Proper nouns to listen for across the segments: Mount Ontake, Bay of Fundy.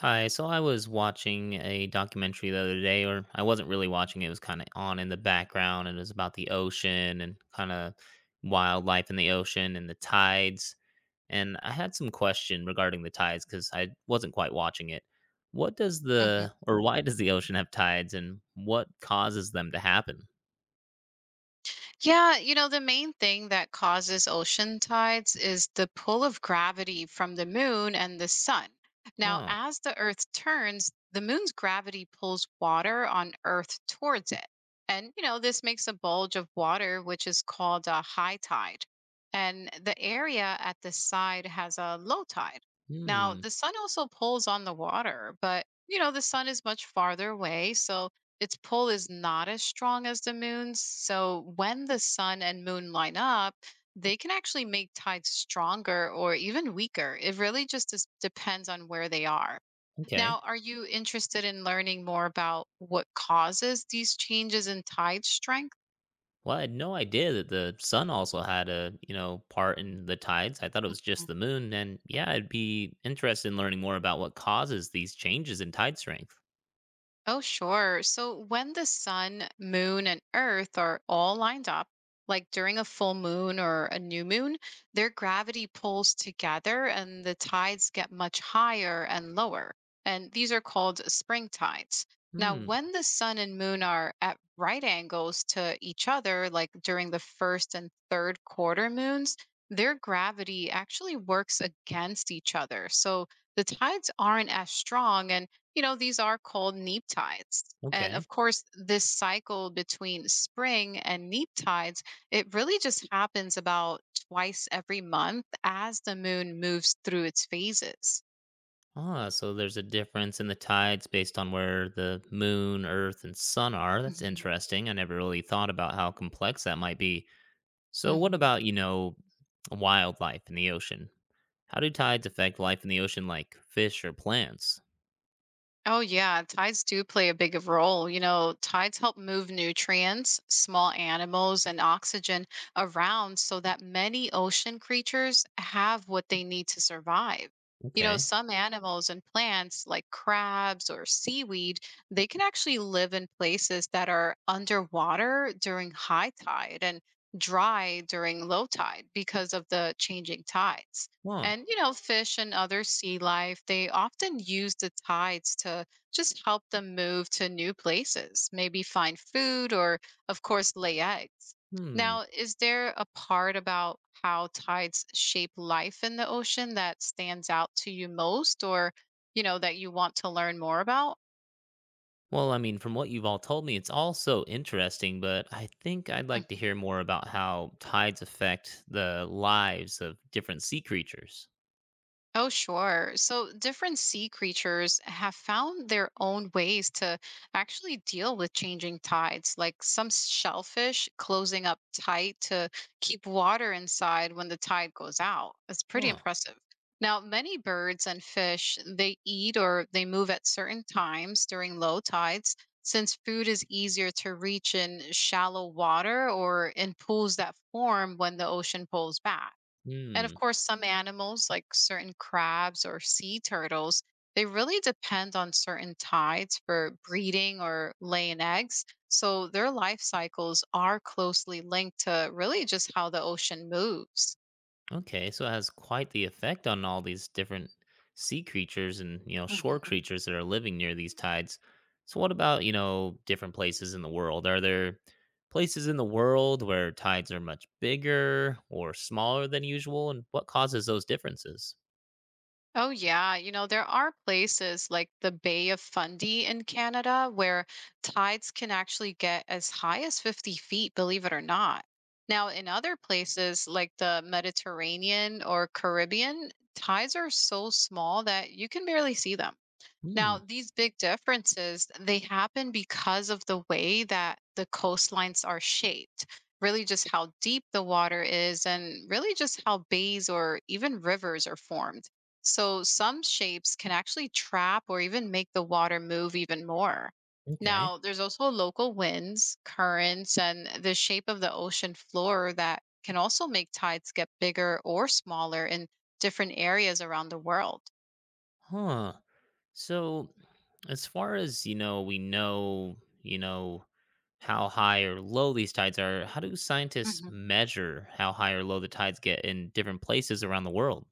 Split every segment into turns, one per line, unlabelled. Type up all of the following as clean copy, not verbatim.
Hi, so I was watching a documentary the other day, or I wasn't really watching it, it was kind of on in the background, and it was about the ocean and kind of wildlife in the ocean and the tides. And I had some question regarding the tides because I wasn't quite watching it. What does
Mhm.
the, or why does the ocean have tides and what causes them to happen?
Yeah, you know, the main thing that causes ocean tides is the pull of gravity from the moon and the sun. Now,
Oh,
as the earth turns, the moon's gravity pulls water on earth towards it. And, you know, this makes a bulge of water, which is called a high tide. And the area at the side has a low tide. Now,
hmm,
the sun also pulls on the water, but, you know, the sun is much farther away. So, its pull is not as strong as the moon's. So when the sun and moon line up, they can actually make tides stronger or even weaker. It really just depends on where they are. Now,
okay.
are you interested in learning more about what causes these changes in tide strength?
Well, I had no idea that the sun also had a, you know, part in the tides. I thought it was just the moon. And yeah, I'd be interested in learning more about what causes these changes in tide strength.
Oh, sure. So when the sun, moon, and earth are all lined up, like during a full moon or a new moon, their gravity pulls together and the tides get much higher and lower. And these are called spring tides. Now,
Hmm.
when the sun and moon are at right angles to each other, like during the first and third quarter moons, their gravity actually works against each other. So the tides aren't as strong and you know, these are called neap tides. And of
Okay.
course, this cycle between spring and neap tides, it really just happens about twice every month as the moon moves through its phases.
Ah, so there's a difference in the tides based on where the moon, earth, and sun are. That's interesting. I never really thought about how complex that might be. So what
Hmm.
about, you know, wildlife in the ocean? How do tides affect life in the ocean like fish or plants?
Oh, yeah. Tides do play a big of role. You know, tides help move nutrients, small animals, and oxygen around so that many ocean creatures have what they need to survive. You know,
Okay.
some animals and plants like crabs or seaweed, they can actually live in places that are underwater during high tide and dry during low tide because of the changing tides.
Wow.
And, you know, fish and other sea life, they often use the tides to just help them move to new places, maybe find food or, of course, lay eggs.
Hmm.
Now, is there a part about how tides shape life in the ocean that stands out to you most or, you know, that you want to learn more about?
Well, I mean, from what you've all told me, it's all so interesting, but I think I'd like to hear more about how tides affect the lives of different sea creatures.
Oh, sure. So different sea creatures have found their own ways to actually deal with changing tides, like some shellfish closing up tight to keep water inside when the tide goes out. It's pretty
Huh.
impressive. Now, many birds and fish, they eat or they move at certain times during low tides, since food is easier to reach in shallow water or in pools that form when the ocean pulls back. And of
Hmm.
course, some animals, like certain crabs or sea turtles, they really depend on certain tides for breeding or laying eggs. So their life cycles are closely linked to really just how the ocean moves.
Okay, so it has quite the effect on all these different sea creatures and, you know, shore creatures that are living near these tides. So what about, you know, different places in the world? Are there places in the world where tides are much bigger or smaller than usual and what causes those differences?
Oh, yeah. You know, there are places like the Bay of Fundy in Canada where tides can actually get as high as 50 feet, believe it or not. Now, in other places like the Mediterranean or Caribbean, tides are so small that you can barely see them.
Hmm.
Now, these big differences, they happen because of the way that the coastlines are shaped, really just how deep the water is and really just how bays or even rivers are formed. So some shapes can actually trap or even make the water move even more.
Okay.
Now, there's also local winds, currents, and the shape of the ocean floor that can also make tides get bigger or smaller in different areas around the world.
Huh. So, as far as you know, we know, you know, how high or low these tides are. How do scientists measure how high or low the tides get in different places around the world?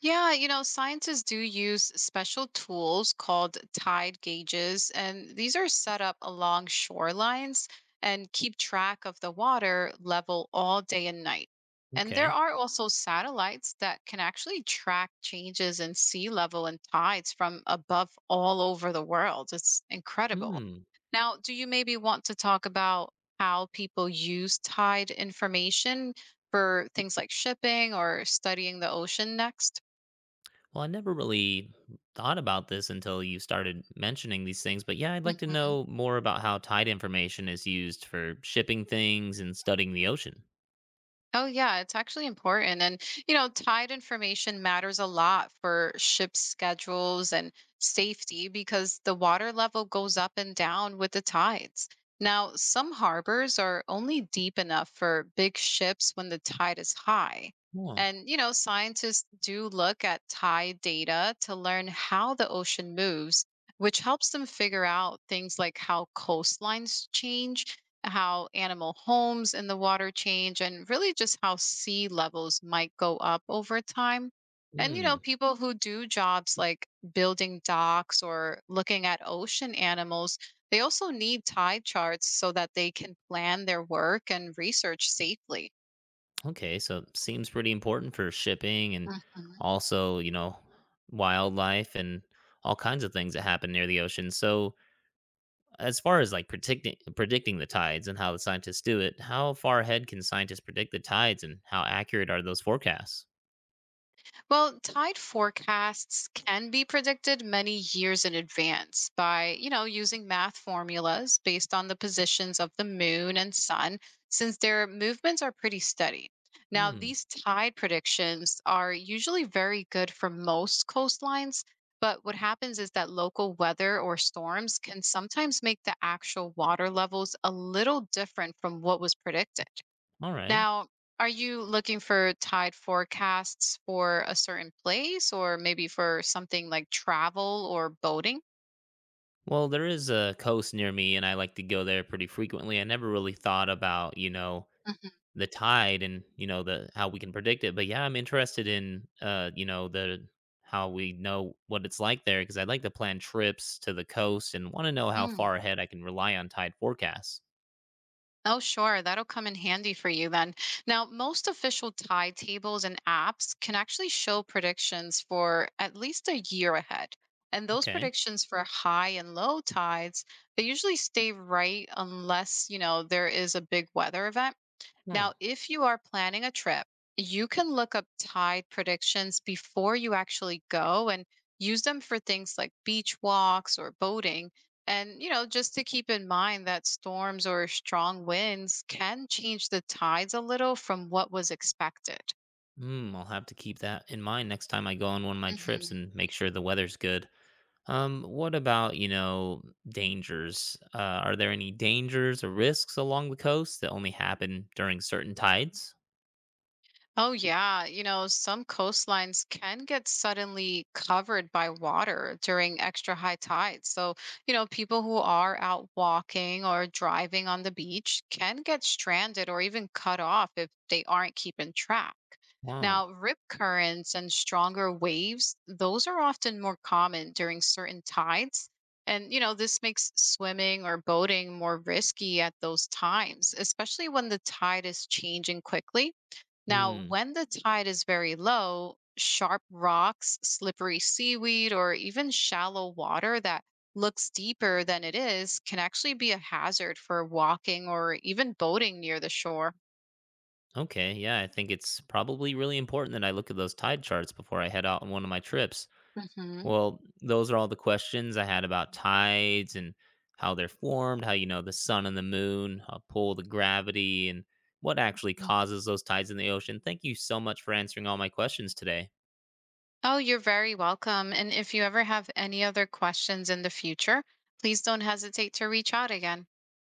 Yeah, you know, scientists do use special tools called tide gauges, and these are set up along shorelines and keep track of the water level all day and night. And there
Okay.
are also satellites that can actually track changes in sea level and tides from above all over the world. It's incredible.
Hmm.
Now, do you maybe want to talk about how people use tide information for things like shipping or studying the ocean next?
Well, I never really thought about this until you started mentioning these things, but yeah, I'd like to
Mhm.
know more about how tide information is used for shipping things and studying the ocean.
Oh, yeah, it's actually important. And, you know, tide information matters a lot for ship schedules and safety because the water level goes up and down with the tides. Now, some harbors are only deep enough for big ships when the tide is high.
Oh.
And, you know, scientists do look at tide data to learn how the ocean moves, which helps them figure out things like how coastlines change, how animal homes in the water change, and really just how sea levels might go up over time. And, you know,
Hmm.
people who do jobs like building docks or looking at ocean animals, they also need tide charts so that they can plan their work and research safely.
Okay, so it seems pretty important for shipping and
Mhm.
also, you know, wildlife and all kinds of things that happen near the ocean. So, as far as like predicting the tides and how the scientists do it, how far ahead can scientists predict the tides and how accurate are those forecasts?
Well, tide forecasts can be predicted many years in advance by, you know, using math formulas based on the positions of the moon and sun, since their movements are pretty steady. Now,
Hmm.
these tide predictions are usually very good for most coastlines, but what happens is that local weather or storms can sometimes make the actual water levels a little different from what was predicted.
All right.
Now, are you looking for tide forecasts for a certain place or maybe for something like travel or boating?
Well, there is a coast near me and I like to go there pretty frequently. I never really thought about, you know,
Mhm.
the tide and you know the how we can predict it. But yeah, I'm interested in you know, the how we know what it's like there, because I'd like to plan trips to the coast and want to know how
Mm.
far ahead I can rely on tide forecasts.
Oh, sure. That'll come in handy for you then. Now, most official tide tables and apps can actually show predictions for at least a year ahead. And those
Okay.
predictions for high and low tides, they usually stay right unless, you know, there is a big weather event. Now,
Hmm.
if you are planning a trip, you can look up tide predictions before you actually go and use them for things like beach walks or boating. And, you know, just to keep in mind that storms or strong winds can change the tides a little from what was expected.
Hmm, I'll have to keep that in mind next time I go on one of my trips and make sure the weather's good. What about, you know, dangers, are there any dangers or risks along the coast that only happen during certain tides?
Oh, yeah. You know, some coastlines can get suddenly covered by water during extra high tides. So, you know, people who are out walking or driving on the beach can get stranded or even cut off if they aren't keeping track.
Wow.
Now, rip currents and stronger waves, those are often more common during certain tides. And, you know, this makes swimming or boating more risky at those times, especially when the tide is changing quickly. Now,
Hmm.
when the tide is very low, sharp rocks, slippery seaweed, or even shallow water that looks deeper than it is can actually be a hazard for walking or even boating near the shore.
Okay, yeah, I think it's probably really important that I look at those tide charts before I head out on one of my trips.
Hmm.
Well, those are all the questions I had about tides and how they're formed, how you know the sun and the moon, pull the gravity, and what actually causes those tides in the ocean. Thank you so much for answering all my questions today.
Oh, you're very welcome. And if you ever have any other questions in the future, please don't hesitate to reach out again.